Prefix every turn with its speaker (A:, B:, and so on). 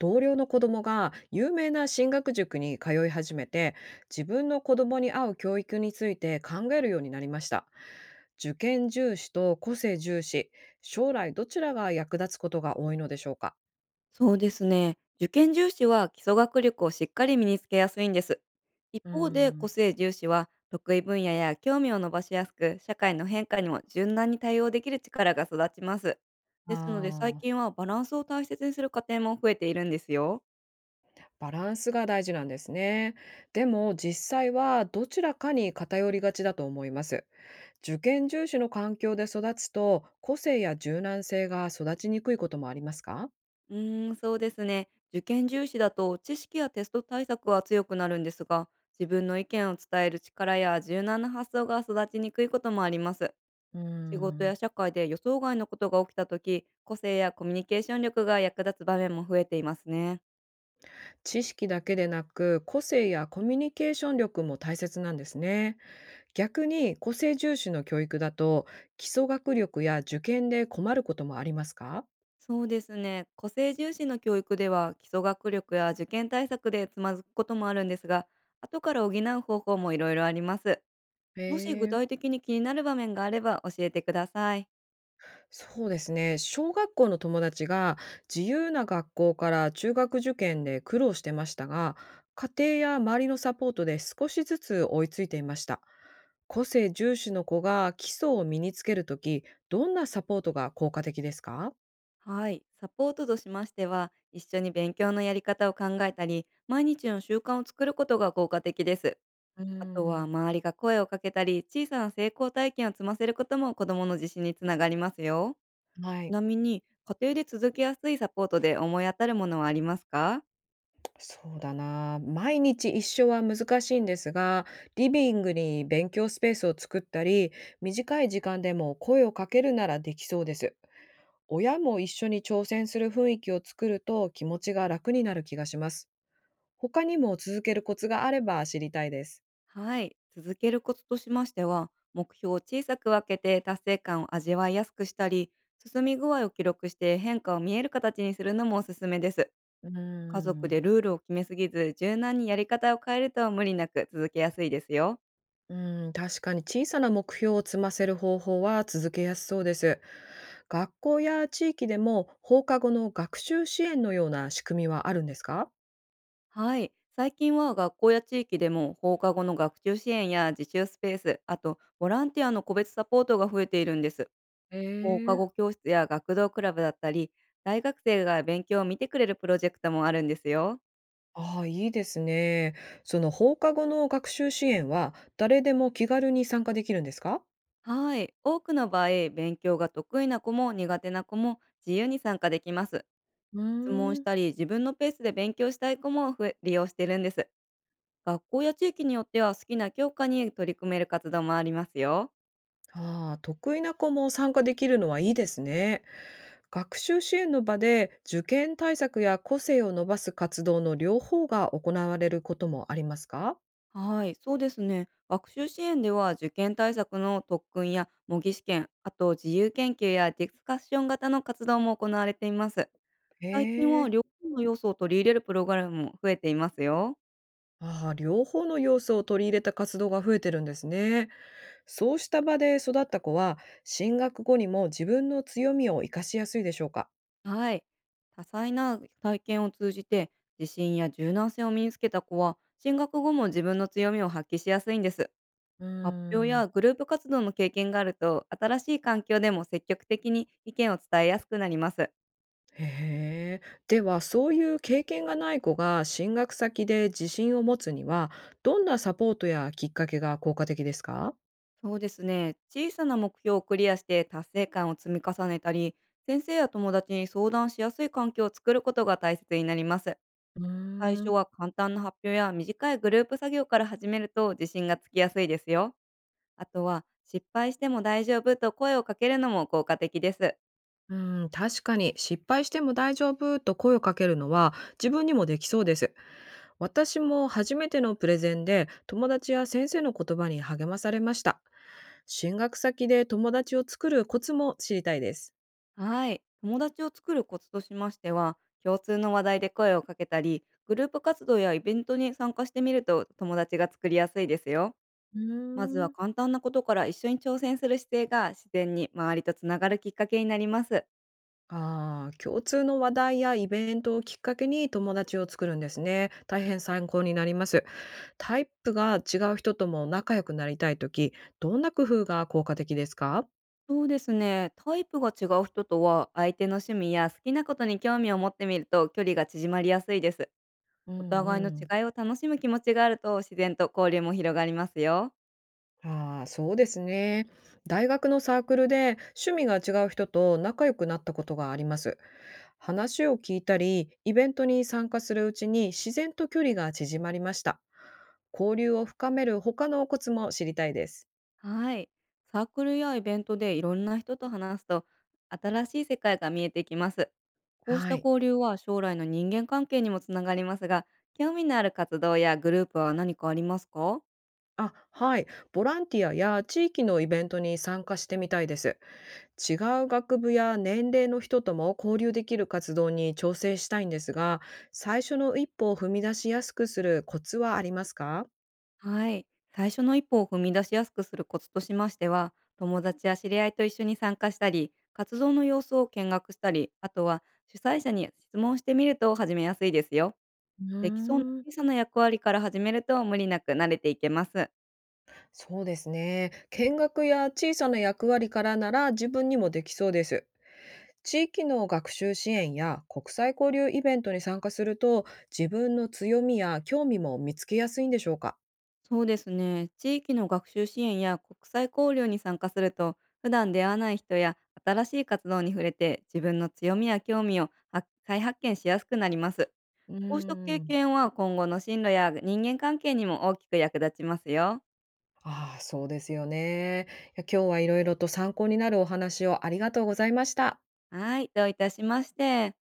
A: 同僚の子供が有名な進学塾に通い始めて、自分の子供に合う教育について考えるようになりました。受験重視と個性重視、将来どちらが役立つことが多いのでしょうか？
B: そうですね。受験重視は基礎学力をしっかり身につけやすいんです。一
A: うー
B: 方で個
A: ん。
B: 性重視は得意分野や興味を伸ばしやすく、社会の変化にも柔軟に対応できる力が育ちます。
A: あ
B: ですので最近
A: ー。
B: はバランスを大切にする家庭も増えているんですよ。
A: バランスが大事なんですね。でも実際はどちらかに偏りがちだと思います。受験重視の環境で育つと個性や柔軟性が育ちにくいこともありますか？
B: うーん、そうですね。受験重視だと知識やテスト対策は強くなるんですが、自分の意見を伝える力や柔軟な発想が育ちにくいこともあります。
A: うー
B: 仕事
A: ん。
B: や社会で予想外のことが起きた時、個性やコミュニケーション力が役立つ場面も増えていますね。
A: 知識だけでなく、個性やコミュニケーション力も大切なんですね。逆に個性重視の教育だと、基礎学力や受験で困ることもありますか？
B: そうですね、個性重視の教育では基礎学力や受験対策でつまずくこともあるんですが、後から補う方法もいろいろあります。
A: へ
B: もし具
A: え。
B: 体的に気になる場面があれば教えてください。
A: そうですね。小学校の友達が自由な学校から中学受験で苦労してましたが、家庭や周りのサポートで少しずつ追いついていました。個性重視の子が基礎を身につけるとき、どんなサポートが効果的ですか？
B: はい、サポートとしましては、一緒に勉強のやり方を考えたり、毎日の習慣を作ることが効果的です。
A: うー
B: あとは
A: ん。
B: 周りが声をかけたり、小さな成功体験を積ませることも子供の自信につながりますよ。
A: は
B: ち
A: い。
B: なみに、家庭で続けやすいサポートで思い当たるものはありますか？
A: そうだな。毎日一緒は難しいんですが、リビングに勉強スペースを作ったり、短い時間でも声をかけるならできそうです。親も一緒に挑戦する雰囲気を作ると気持ちが楽になる気がします。他にも続けるコツがあれば知りたいです。
B: はい。続けるコツとしましては、目標を小さく分けて達成感を味わいやすくしたり、進み具合を記録して変化を見える形にするのもおすすめです。
A: うー
B: 家族で
A: ん。
B: ルールを決めすぎず、柔軟にやり方を変えると無理なく続けやすいですよ。
A: うーん、確かに小さな目標を積ませる方法は続けやすそうです。学校や地域でも放課後の学習支援のような仕組みはあるんですか？
B: はい。最近は学校や地域でも放課後の学習支援や自習スペース、あとボランティアの個別サポートが増えているんです。
A: え
B: 放課後
A: え。
B: 教室や学童クラブだったり、大学生が勉強を見てくれるプロジェクトもあるんですよ。
A: ああ、いいですね。その放課後の学習支援は誰でも気軽に参加できるんですか？
B: はい。多くの場合、勉強が得意な子も苦手な子も自由に参加できます。
A: うー
B: 質問し
A: ん。
B: たり、自分のペースで勉強したい子も増え利用してるんです。学校や地域によっては好きな教科に取り組める活動もありますよ。
A: ああ、得意な子も参加できるのはいいですね。学習支援の場で受験対策や個性を伸ばす活動の両方が行われることもありますか？
B: はい、そうですね。学習支援では受験対策の特訓や模擬試験、あと自由研究やディスカッション型の活動も行われています。
A: へ
B: 最近は
A: え。
B: 両方の要素を取り入れるプログラムも増えていますよ。
A: ああ、両方の要素を取り入れた活動が増えてるんですね。そうした場で育った子は進学後にも自分の強みを活かしやすいでしょうか？
B: はい。多彩な体験を通じて、自信や柔軟性を身につけた子は進学後も自分の強みを発揮しやすいんです。
A: うー
B: 発表
A: ん。
B: やグループ活動の経験があると、新しい環境でも積極的に意見を伝えやすくなります。
A: へえ。では、そういう経験がない子が進学先で自信を持つには、どんなサポートやきっかけが効果的ですか？
B: そうですね。小さな目標をクリアして達成感を積み重ねたり、先生や友達に相談しやすい環境を作ることが大切になります。
A: う
B: 最
A: ー
B: 初
A: ん、
B: は簡単な発表や短いグループ作業から始めると自信がつきやすいですよ。あとは、失敗しても大丈夫と声をかけるのも効果的です。
A: うん、確かに失敗しても大丈夫と声をかけるのは自分にもできそうです。私も初めてのプレゼンで友達や先生の言葉に励まされました。進学先で友達を作るコツも知りたいです。
B: はい。友達を作るコツとしましては、共通の話題で声をかけたり、グループ活動やイベントに参加してみると友達が作りやすいですよ。
A: うー
B: まずは
A: ん。
B: 簡単なことから一緒に挑戦する姿勢が、自然に周りとつながるきっかけになります。
A: ああ、共通の話題やイベントをきっかけに友達を作るんですね。大変参考になります。タイプが違う人とも仲良くなりたいとき、どんな工夫が効果的ですか？
B: そうですね。タイプが違う人とは、相手の趣味や好きなことに興味を持ってみると距離が縮まりやすいです。
A: う
B: お
A: ん。
B: 互い
A: う
B: の
A: ん。
B: 違いを楽しむ気持ちがあると、自然と交流も広がりますよ。
A: ああ、そうですね。大学のサークルで趣味が違う人と仲良くなったことがあります。話を聞いたり、イベントに参加するうちに自然と距離が縮まりました。交流を深める他のコツも知りたいです。
B: はい。サークルやイベントでいろんな人と話すと、新しい世界が見えてきます。こうし
A: は
B: た
A: い。
B: 交流は将来の人間関係にもつながりますが、興味のある活動やグループは何かありますか？
A: あ、はい。ボランティアや地域のイベントに参加してみたいです。違う学部や年齢の人とも交流できる活動に調整したいんですが、最初の一歩を踏み出しやすくするコツはありますか？
B: はい。最初の一歩を踏み出しやすくするコツとしましては、友達や知り合いと一緒に参加したり、活動の様子を見学したり、あとは主催者に質問してみると始めやすいですよ。
A: う
B: できそうな
A: ーん、
B: 小さな役割から始めると無理なく慣れていけます。
A: そうですね。見学や小さな役割からなら自分にもできそうです。地域の学習支援や国際交流イベントに参加すると、自分の強みや興味も見つけやすいんでしょうか？
B: そうですね。地域の学習支援や国際交流に参加すると、普段出会わない人や新しい活動に触れて、自分の強みや興味を再発見しやすくなります。
A: うー
B: こうした経
A: ん。
B: 験は今後の進路や人間関係にも大きく役立ちますよ。
A: ああ、そうですよね。いや、今日はいろいろと参考になるお話をありがとうございました。
B: はい、どういたしまして。